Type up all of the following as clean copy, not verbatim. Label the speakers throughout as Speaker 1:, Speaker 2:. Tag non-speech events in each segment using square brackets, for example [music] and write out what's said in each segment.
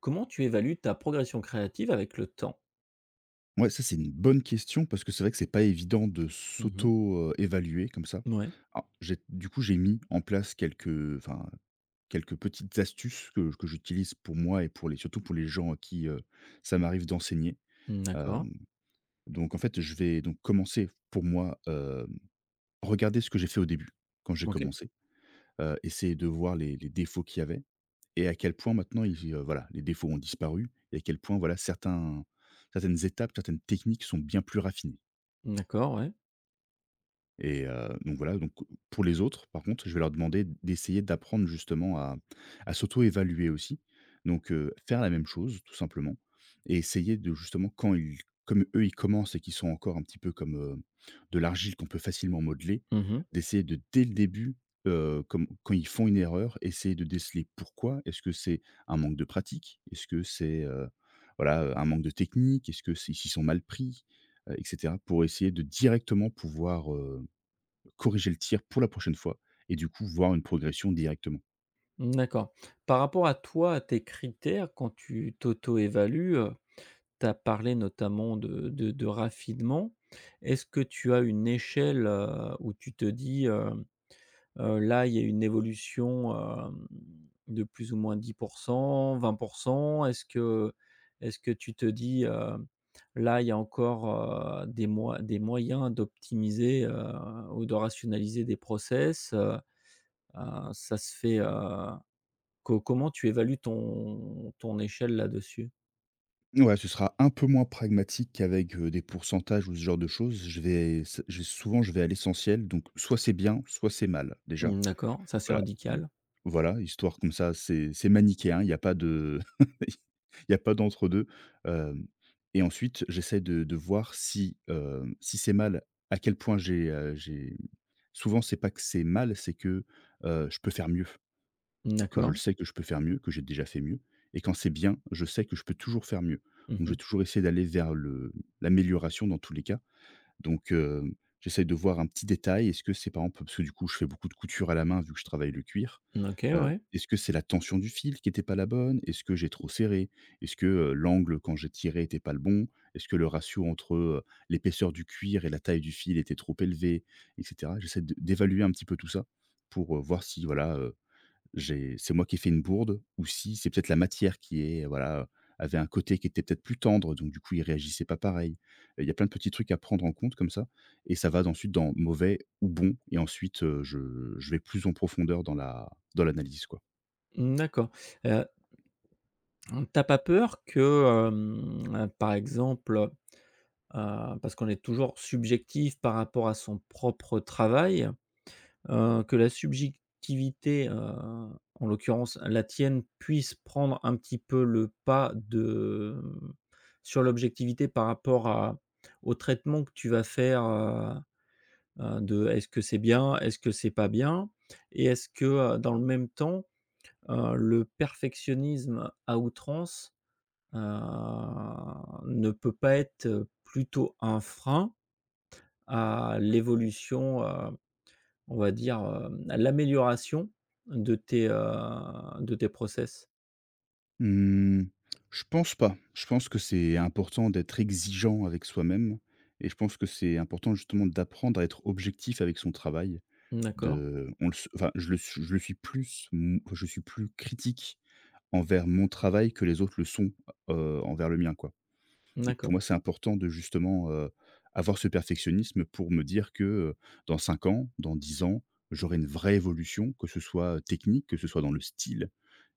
Speaker 1: Comment tu évalues ta progression créative avec le temps?
Speaker 2: Ouais, ça, c'est une bonne question parce que c'est vrai que c'est pas évident de
Speaker 1: Mmh mh.
Speaker 2: s'auto, évaluer comme ça. Alors, j'ai du coup, j'ai mis en place quelques enfin, quelques petites astuces que j'utilise pour moi et pour les surtout pour les gens à qui, ça m'arrive d'enseigner.
Speaker 1: D'accord.
Speaker 2: Hem, donc en fait, je vais donc commencer pour moi, regarder ce que j'ai fait au début, quand j'ai
Speaker 1: OK.
Speaker 2: commencé, essayer de voir les défauts qu'il y avait et à quel point maintenant ils, voilà, les défauts ont disparu et à quel point, voilà, certains certaines étapes, certaines techniques sont bien plus raffinées.
Speaker 1: D'accord, ouais.
Speaker 2: Et donc voilà, donc pour les autres, par contre, je vais leur demander d'essayer d'apprendre justement à s'auto-évaluer aussi. Donc faire la même chose tout simplement et essayer de justement quand ils comme eux, ils commencent et qu'ils sont encore un petit peu comme, de l'argile qu'on peut facilement modeler,
Speaker 1: Mmh,
Speaker 2: d'essayer de dès le début, comme quand ils font une erreur, essayer de déceler pourquoi. Est-ce que c'est un manque de pratique? Est-ce que c'est, voilà, un manque de technique? Est-ce que c'est ils s'y sont mal pris? Et cetera. Pour essayer de directement pouvoir corriger le tir pour la prochaine fois et du coup, voir une progression directement.
Speaker 1: d'accord. Par rapport à toi, à tes critères, quand tu t'auto-évalues, tu as parlé notamment de raffinement. Est-ce que tu as une échelle, où tu te dis, là, il y a une évolution, hem, de plus ou moins 10%, 20%. Est-ce que tu te dis: «Là, il y a encore, des moyens d'optimiser, ou de rationaliser des process», ça se fait, co comment tu évalues ton échelle là-dessus?
Speaker 2: Ouais, ce sera un peu moins pragmatique qu'avec, des pourcentages ou ce genre de choses. Je souvent, je vais à l'essentiel, donc soit c'est bien, soit c'est mal, déjà.
Speaker 1: Mmh, d'accord, ça c'est
Speaker 2: Voilà, mmh,
Speaker 1: radical.
Speaker 2: voilà, histoire comme ça, c'est manichéen, hein, il y a pas de [laughs] il y a pas d'entre-deux, hem et ensuite, j'essaie de voir si c'est mal, à quel point j'ai souvent, c'est pas que c'est mal, c'est que, je peux faire mieux.
Speaker 1: Mmh,
Speaker 2: Que je le
Speaker 1: d'accord.
Speaker 2: sais que je peux faire mieux, que j'ai déjà fait mieux. Et quand c'est bien, je sais que je peux toujours faire mieux. Donc, je vais
Speaker 1: Mmh,
Speaker 2: toujours essayer d'aller vers le l'amélioration dans tous les cas. Donc, j'essaye de voir un petit détail. Est-ce que c'est par exemple parce que du coup, je fais beaucoup de couture à la main vu que je travaille le cuir.
Speaker 1: OK,
Speaker 2: Heu,
Speaker 1: ouais.
Speaker 2: est-ce que c'est la tension du fil qui n'était pas la bonne? Est-ce que j'ai trop serré? Est-ce que, l'angle quand j'ai tiré n'était pas le bon? Est-ce que le ratio entre, l'épaisseur du cuir et la taille du fil était trop élevé? Et cetera. J'essaie de d'évaluer un petit peu tout ça pour, voir si voilà, j'ai c'est moi qui ai fait une bourde ou si c'est peut-être la matière qui est, voilà, avait un côté qui était peut-être plus tendre, donc du coup, il réagissait pas pareil. Il y a plein de petits trucs à prendre en compte comme ça et ça va ensuite dans mauvais ou bon et ensuite, je vais plus en profondeur dans l'analyse, quoi.
Speaker 1: Mmh, d'accord. Heu, tu pas peur que, par exemple. Parce qu'on est toujours subjectif par rapport à son propre travail, que la subjectivité, en l'occurrence la tienne, puisse prendre un petit peu le pas de, sur l'objectivité par rapport à au traitement que tu vas faire, de est-ce que c'est bien? Est-ce que c'est pas bien? Et est-ce que, dans le même temps, le perfectionnisme à outrance, heu, ne peut pas être, plutôt un frein? À l'évolution, on va dire, à l'amélioration de tes, de tes process.
Speaker 2: Mmh, je pense pas. Je pense que c'est important d'être exigeant avec soi-même et je pense que c'est important justement d'apprendre à être objectif avec son travail.
Speaker 1: D'accord,
Speaker 2: De on le s enfin, je le su je le suis plus, je suis plus critique envers mon travail que les autres le sont, envers le mien, quoi. Donc pour moi,
Speaker 1: d'accord.
Speaker 2: c'est important de justement, avoir ce perfectionnisme pour me dire que, dans 5 ans, dans 10 ans, j'aurai une vraie évolution, que ce soit technique, que ce soit dans le style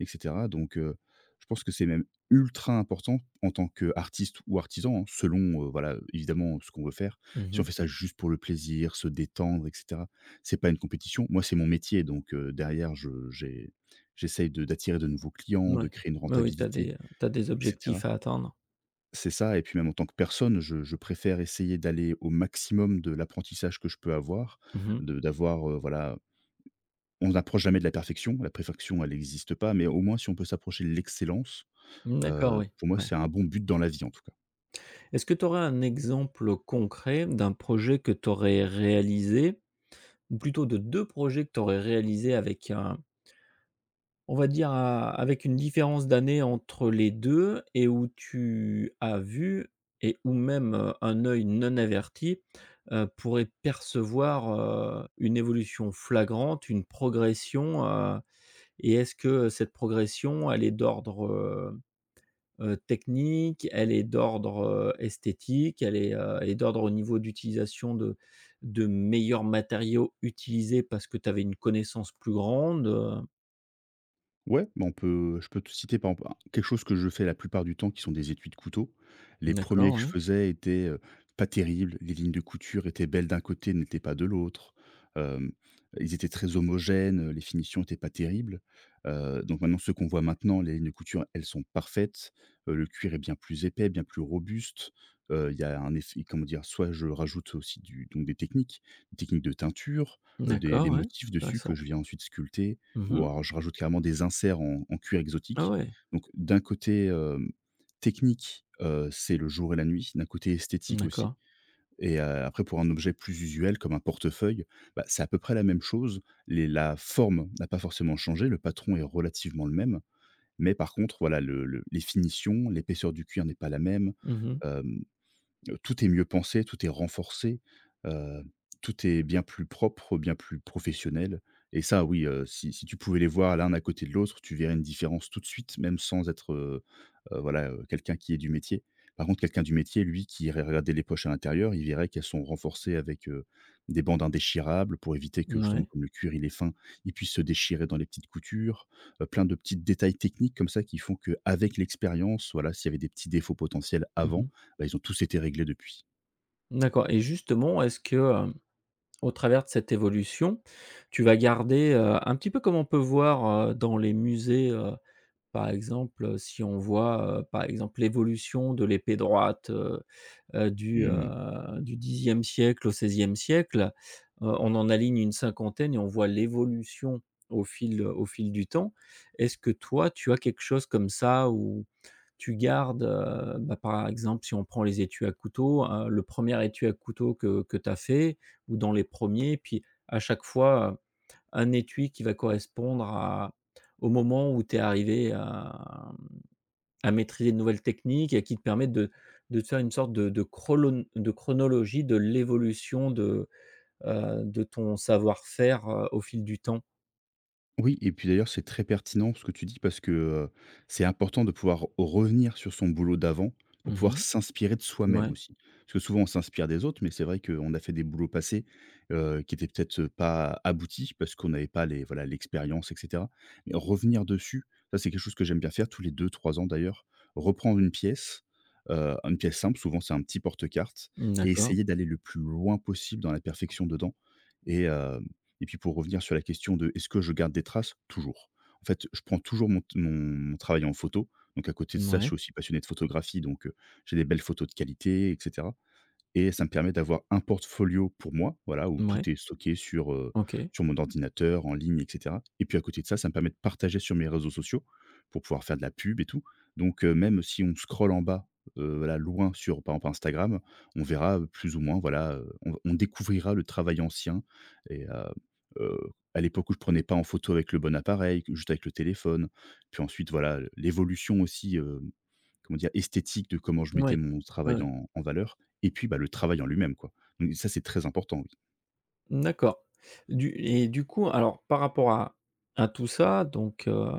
Speaker 2: et cetera. Donc, je pense que c'est même ultra important en tant qu'artiste ou artisan, hein, selon, voilà, évidemment, ce qu'on veut faire.
Speaker 1: Mmh
Speaker 2: Si on
Speaker 1: mh.
Speaker 2: fait ça juste pour le plaisir, se détendre et cetera, c'est pas une compétition. Moi, c'est mon métier donc, derrière je j'ai j'essaye de d'attirer de nouveaux clients, de
Speaker 1: Ouais.
Speaker 2: créer une
Speaker 1: Oui, oui,
Speaker 2: rentabilité
Speaker 1: t'as des
Speaker 2: etc.
Speaker 1: objectifs à atteindre.
Speaker 2: C'est ça et puis même en tant que personne, je préfère essayer d'aller au maximum de l'apprentissage que je peux avoir,
Speaker 1: Mmh.
Speaker 2: de d'avoir, voilà, on n'approche jamais de la perfection. La perfection, elle n'existe pas, mais au moins si on peut s'approcher de l'excellence,
Speaker 1: D'accord, oui.
Speaker 2: pour moi,
Speaker 1: Ouais.
Speaker 2: c'est un bon but dans la vie, en tout cas.
Speaker 1: Est-ce que tu aurais un exemple concret d'un projet que tu aurais réalisé ou plutôt de 2 projets que tu aurais réalisés avec un. On va dire, à avec une différence d'année entre les 2 et où tu as vu et où même, un œil non averti, pourrait percevoir, une évolution flagrante, une progression, et est-ce que cette progression, elle est d'ordre, technique? Elle est d'ordre, esthétique? Elle est d'ordre au niveau d'utilisation de meilleurs matériaux utilisés parce que tu avais une connaissance plus grande?
Speaker 2: Ouais, bah, on peut je peux te citer par exemple, un quelque chose que je fais la plupart du temps qui sont des étuis de couteaux. Les premiers
Speaker 1: D'accord,
Speaker 2: que je
Speaker 1: oui.
Speaker 2: faisais étaient, pas terribles, les lignes de couture étaient belles d'un côté, n'étaient pas de l'autre. Hem, ils étaient très homogènes, les finitions étaient pas terribles. Donc maintenant ceux qu'on voit maintenant, les lignes de couture, elles sont parfaites. Le cuir est bien plus épais, bien plus robuste. Il y a un effet comment dire? Soit je rajoute aussi du donc des techniques de teinture, des
Speaker 1: D'accord, ouais,
Speaker 2: motifs dessus que
Speaker 1: intéressant.
Speaker 2: je viens ensuite sculpter ou
Speaker 1: Mmh.
Speaker 2: alors je rajoute carrément des inserts en cuir
Speaker 1: Ah
Speaker 2: exotique.
Speaker 1: ouais,
Speaker 2: Donc d'un côté, technique, c'est le jour et la nuit, d'un côté esthétique aussi
Speaker 1: d'accord.
Speaker 2: et après pour un objet plus usuel comme un portefeuille, bah, c'est à peu près la même chose. Les la forme n'a pas forcément changé, le patron est relativement le même, mais par contre, voilà, le les finitions, l'épaisseur du cuir n'est pas la même.
Speaker 1: Mmh mh.
Speaker 2: Hem Tout est mieux pensé, tout est renforcé, heu, tout est bien plus propre, bien plus professionnel et ça oui, si tu pouvais les voir l'un à côté de l'autre, tu verrais une différence tout de suite, même sans être, voilà, quelqu'un qui est du métier. Par contre, quelqu'un du métier, lui, qui irait regarder les poches à l'intérieur, il verrait qu'elles sont renforcées avec, des bandes indéchirables pour éviter que justement,
Speaker 1: Mouais.
Speaker 2: comme le cuir il est fin, il puisse se déchirer dans les petites coutures, plein de petits détails techniques comme ça qui font que, avec l'expérience, voilà, s'il y avait des petits défauts potentiels avant,
Speaker 1: Mmh.
Speaker 2: bah, ils ont tous été réglés depuis.
Speaker 1: D'accord et justement, est-ce que, au travers de cette évolution, tu vas garder, un petit peu comme on peut voir, dans les musées, par exemple, si on voit, par exemple, l'évolution de l'épée droite, du, heu,
Speaker 2: Mmh.
Speaker 1: du 10e siècle au 16e siècle, on en aligne une cinquantaine et on voit l'évolution au fil du temps. Est-ce que toi, tu as quelque chose comme ça? Ou tu gardes, bah, par exemple, si on prend les étuis à couteau, le premier étui à couteau que tu as fait ou dans les premiers, puis à chaque fois, un étui qui va correspondre à au moment où tu es arrivé à maîtriser de nouvelles techniques et qui te permettent de te faire une sorte de chrolone de chronologie de l'évolution de ton savoir-faire, au fil du temps.
Speaker 2: Oui et puis d'ailleurs, c'est très pertinent ce que tu dis parce que, c'est important de pouvoir revenir sur son boulot d'avant pour
Speaker 1: Mmh
Speaker 2: pouvoir
Speaker 1: mh.
Speaker 2: s'inspirer de soi-même aussi. Parce que souvent on s'inspire des autres, mais c'est vrai qu'on a fait des boulots passés, qui étaient peut-être, pas aboutis parce qu'on n'avait pas les voilà, l'expérience et cetera. Mais revenir dessus, ça c'est quelque chose que j'aime bien faire tous les deux trois ans d'ailleurs, reprendre une pièce simple, souvent c'est un petit porte-cartes
Speaker 1: Mmh,
Speaker 2: et
Speaker 1: d'accord.
Speaker 2: essayer d'aller le plus loin possible dans la perfection dedans. et Et puis, pour revenir sur la question de est-ce que je garde des traces? Toujours. En fait, je prends toujours mon travail en photo. Donc à côté de ça, je
Speaker 1: Ouais.
Speaker 2: suis aussi passionné de photographie, donc j'ai des belles photos de qualité et cetera et ça me permet d'avoir un portfolio pour moi, voilà, où
Speaker 1: Ouais.
Speaker 2: tout est stocké sur, heu,
Speaker 1: OK.
Speaker 2: sur mon ordinateur, en ligne et cetera et puis à côté de ça, ça me permet de partager sur mes réseaux sociaux pour pouvoir faire de la pub et tout donc même si on scrolle en bas, voilà, loin sur par exemple Instagram, on verra plus ou moins, voilà, on découvrira le travail ancien et heu, à l'époque où je prenais pas en photo avec le bon appareil, juste avec le téléphone. Puis ensuite, voilà, l'évolution aussi, comment dire? Esthétique de comment je mettais mon
Speaker 1: Ouais,
Speaker 2: travail
Speaker 1: ouais.
Speaker 2: en valeur et puis, bah, le travail en lui-même, quoi. Donc ça, c'est très important, oui.
Speaker 1: D'accord. Du coup, alors par rapport à tout ça, donc heu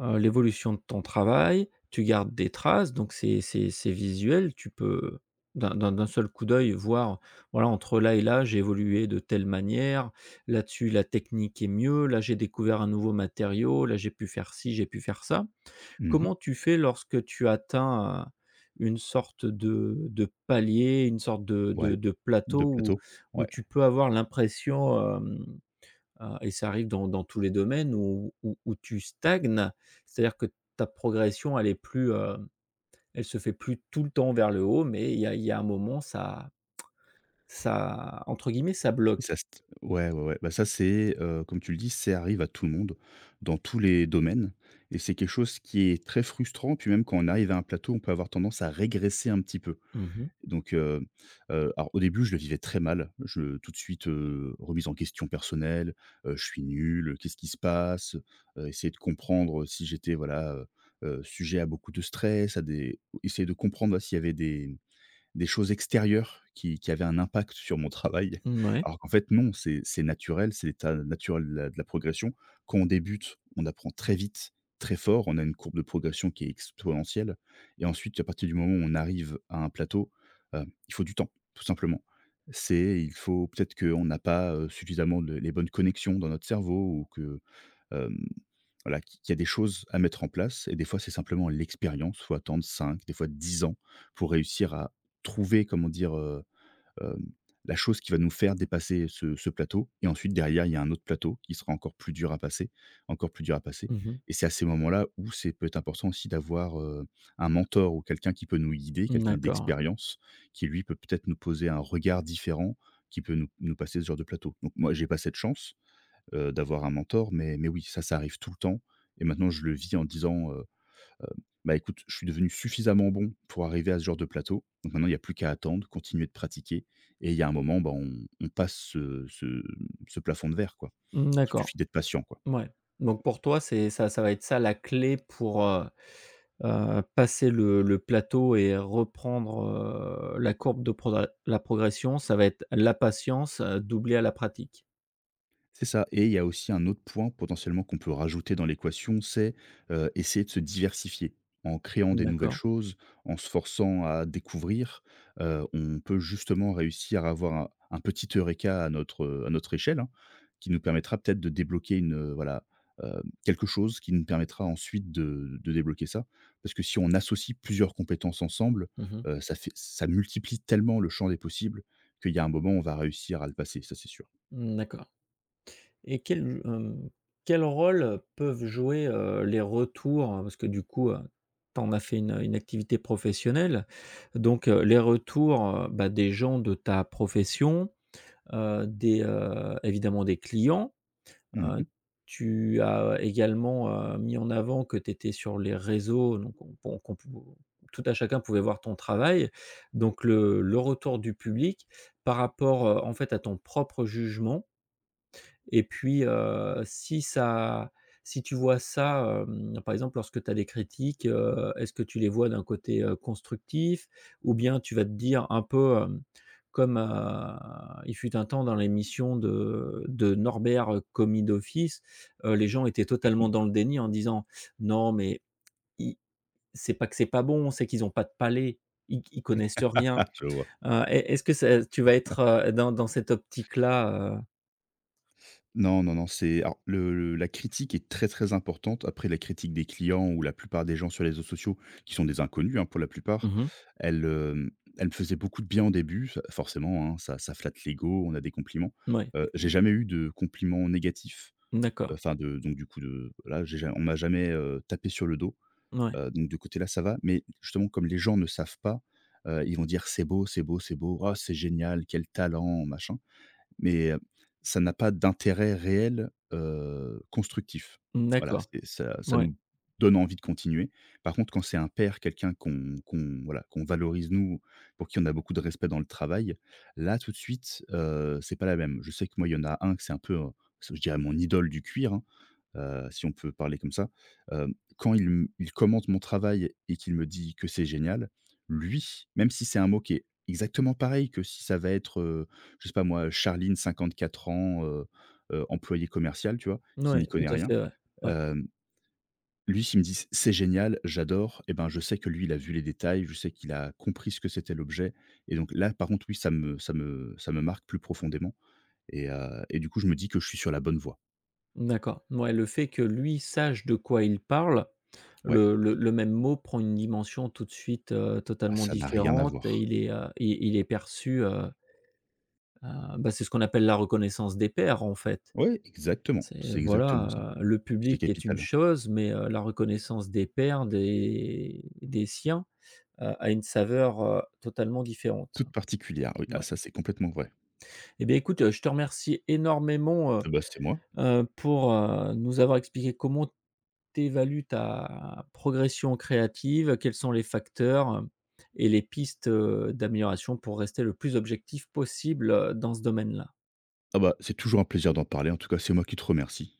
Speaker 1: heu, l'évolution de ton travail, tu gardes des traces, donc c'est visuel. Tu peux d'un seul coup d'œil voir, voilà, entre là et là, j'ai évolué de telle manière. Là-dessus, la technique est mieux. Là, j'ai découvert un nouveau matériau. Là, j'ai pu faire ci, j'ai pu faire ça.
Speaker 2: Mmh mh.
Speaker 1: Comment tu fais lorsque tu atteins, une sorte de palier, une sorte de
Speaker 2: Ouais, de
Speaker 1: plateau
Speaker 2: plateau.
Speaker 1: où
Speaker 2: Ouais,
Speaker 1: tu peux avoir l'impression, et ça arrive dans tous les domaines où tu stagnes? C'est-à-dire que ta progression elle est plus, elle se fait plus tout le temps vers le haut, mais il y a un moment ça entre guillemets «ça
Speaker 2: ça
Speaker 1: bloque».
Speaker 2: st ouais, ouais, ouais. Bah, ça, c'est, comme tu le dis, c'est arrive à tout le monde, dans tous les domaines et c'est quelque chose qui est très frustrant. Puis même quand on arrive à un plateau, on peut avoir tendance à régresser un petit peu.
Speaker 1: Mmh mh.
Speaker 2: Donc, alors au début, je le vivais très mal. Je tout de suite, remise en question personnelle, je suis nul, qu'est-ce qui se passe? Essayer de comprendre si j'étais voilà, sujet à beaucoup de stress, à des essayer de comprendre s'il y avait des choses extérieures qui avaient un impact sur mon travail. [laughs]
Speaker 1: Mouais.
Speaker 2: Alors qu'en fait non, c'est naturel, c'est l'état naturel de la progression. Quand on débute, on apprend très vite, très fort, on a une courbe de progression qui est exponentielle et ensuite à partir du moment où on arrive à un plateau, il faut du temps, tout simplement. C'est il faut peut-être qu'on n'a pas, suffisamment de les bonnes connexions dans notre cerveau ou Hem, voilà, qu'il y a des choses à mettre en place et des fois, c'est simplement l'expérience. Il faut attendre 5, des fois 10 ans pour réussir à trouver, comment dire? Hem, la chose qui va nous faire dépasser ce plateau, et ensuite derrière, il y a un autre plateau qui sera encore plus dur à passer, encore plus dur à passer
Speaker 1: Mmh.
Speaker 2: et c'est à ces moments-là où c'est peut être important aussi d'avoir, un mentor ou quelqu'un qui peut nous guider, quelqu'un
Speaker 1: D'accord.
Speaker 2: d'expérience qui, lui, peut peut-être nous poser un regard différent, qui peut nous passer ce genre de plateau. Donc moi, j'ai pas cette chance, d'avoir un mentor, mais oui, ça arrive tout le temps, et maintenant je le vis en disant, heu: «Bah, écoute, je suis devenu suffisamment bon pour arriver à ce genre de plateau, donc maintenant il n'y a plus qu'à attendre, continuer de pratiquer, et il y a un moment, bah, on passe ce ce plafond de verre, quoi.
Speaker 1: Mmh,
Speaker 2: Il
Speaker 1: d'accord.
Speaker 2: suffit d'être patient, quoi».
Speaker 1: Ouais, donc pour toi, c'est ça, ça va être ça la clé pour, passer le plateau et reprendre, la courbe de progr la progression, ça va être la patience, doublée à la pratique?
Speaker 2: C'est ça, et il y a aussi un autre point potentiellement qu'on peut rajouter dans l'équation, c'est, essayer de se diversifier. En créant des nouvelles
Speaker 1: D'accord.
Speaker 2: choses, en se forçant à découvrir, on peut justement réussir à avoir un petit eureka à notre échelle, hein, qui nous permettra peut-être de débloquer quelque chose qui nous permettra ensuite de débloquer ça. Parce que si on associe plusieurs compétences ensemble,
Speaker 1: Mmh.
Speaker 2: ça multiplie tellement le champ des possibles qu'il y a un moment, on va réussir à le passer, ça c'est sûr.
Speaker 1: D'accord et quel rôle peuvent jouer, les retours? Parce que du coup, tu en as fait une activité professionnelle, donc les retours, bah, des gens de ta profession, des, évidemment des clients.
Speaker 2: Mmh
Speaker 1: Heu,
Speaker 2: mh.
Speaker 1: Tu as également, mis en avant que tu étais sur les réseaux, donc on qu'on qu'on pou tout à chacun pouvait voir ton travail, donc le retour du public par rapport, en fait, à ton propre jugement, et puis, si tu vois ça, par exemple, lorsque tu as des critiques, est-ce que tu les vois d'un côté, constructif? Ou bien tu vas te dire un peu, comme, il fut un temps dans l'émission de Norbert, commis d'office, les gens étaient totalement
Speaker 2: [laughs]
Speaker 1: dans le déni en disant: «Non mais i c'est pas que c'est pas bon, c'est qu'ils ont pas de palais, ils connaissent rien».
Speaker 2: Je vois.
Speaker 1: Est-ce que ça tu vas être, dans cette optique-là?
Speaker 2: Non, non, non, c'est alors le la critique est très, très importante. Après la critique des clients ou la plupart des gens sur les réseaux sociaux qui sont des inconnus, hein, pour la plupart,
Speaker 1: Mmh.
Speaker 2: elle, hem, elle me faisait beaucoup de bien au début, ça forcément, hein, ça flatte l'ego, on a des compliments.
Speaker 1: Ouais,
Speaker 2: J'ai
Speaker 1: effectivement.
Speaker 2: jamais eu de compliments négatifs,
Speaker 1: D'accord.
Speaker 2: enfin de donc du coup de voilà, j'ai ja on m'a jamais, tapé sur le dos,
Speaker 1: Ouais,
Speaker 2: donc de côté là, ça va. Mais justement, comme les gens ne savent pas, ils vont dire: «C'est beau, c'est beau, c'est beau. Oh, c'est génial, quel talent!», machin. Mais, ça n'a pas d'intérêt réel, constructif. Voilà,
Speaker 1: d'accord.
Speaker 2: c'est ça
Speaker 1: Ouais.
Speaker 2: nous donne envie de continuer. Par contre, quand c'est un père, quelqu'un qu'on voilà, qu'on valorise nous, pour qui on a beaucoup de respect dans le travail, là, tout de suite, c'est pas la même. Je sais que moi, il y en a un que c'est un peu, je dirais mon idole du cuir, hein, si on peut parler comme ça. Quand il commente mon travail et qu'il me dit que c'est génial, lui, même si c'est un mot qui est exactement pareil que si ça va être, je sais pas moi, Charline, 54 ans, employée commerciale, tu vois? Qui n'y
Speaker 1: Ouais, tout
Speaker 2: connaît
Speaker 1: à
Speaker 2: rien.
Speaker 1: fait, ouais. Ouais.
Speaker 2: Hem, Lui, s'il me dit: c'est génial, j'adore», et ben, je sais que lui, il a vu les détails, je sais qu'il a compris ce que c'était l'objet, et donc là, par contre, oui, ça me ça me marque plus profondément et du coup, je me dis que je suis sur la bonne voie.
Speaker 1: D'accord. Mouais, le fait que lui sache de quoi il parle,
Speaker 2: Ouais.
Speaker 1: le même mot prend une dimension tout de suite,
Speaker 2: Ah,
Speaker 1: totalement
Speaker 2: ça n'a rien à
Speaker 1: différente et
Speaker 2: voir.
Speaker 1: il est, il est perçu, bah, c'est ce qu'on appelle la reconnaissance des pairs, en fait.
Speaker 2: Ouais, exactement,
Speaker 1: C'est
Speaker 2: c'est exactement ça.
Speaker 1: voilà, le
Speaker 2: C'est
Speaker 1: public est une
Speaker 2: capital.
Speaker 1: chose, mais la reconnaissance des pairs, des siens, a une saveur, totalement différente.
Speaker 2: Toute particulière, oui, ah
Speaker 1: Ouais.
Speaker 2: ça, c'est complètement vrai.
Speaker 1: Eh bien, écoute, je te remercie énormément,
Speaker 2: Ah bah, c'était moi.
Speaker 1: pour, nous avoir expliqué comment tu évalues ta progression créative, quels sont les facteurs, et les pistes, d'amélioration pour rester le plus objectif possible, dans ce domaine-là.
Speaker 2: Ah bah, c'est toujours un plaisir d'en parler, en tout cas, c'est moi qui te remercie.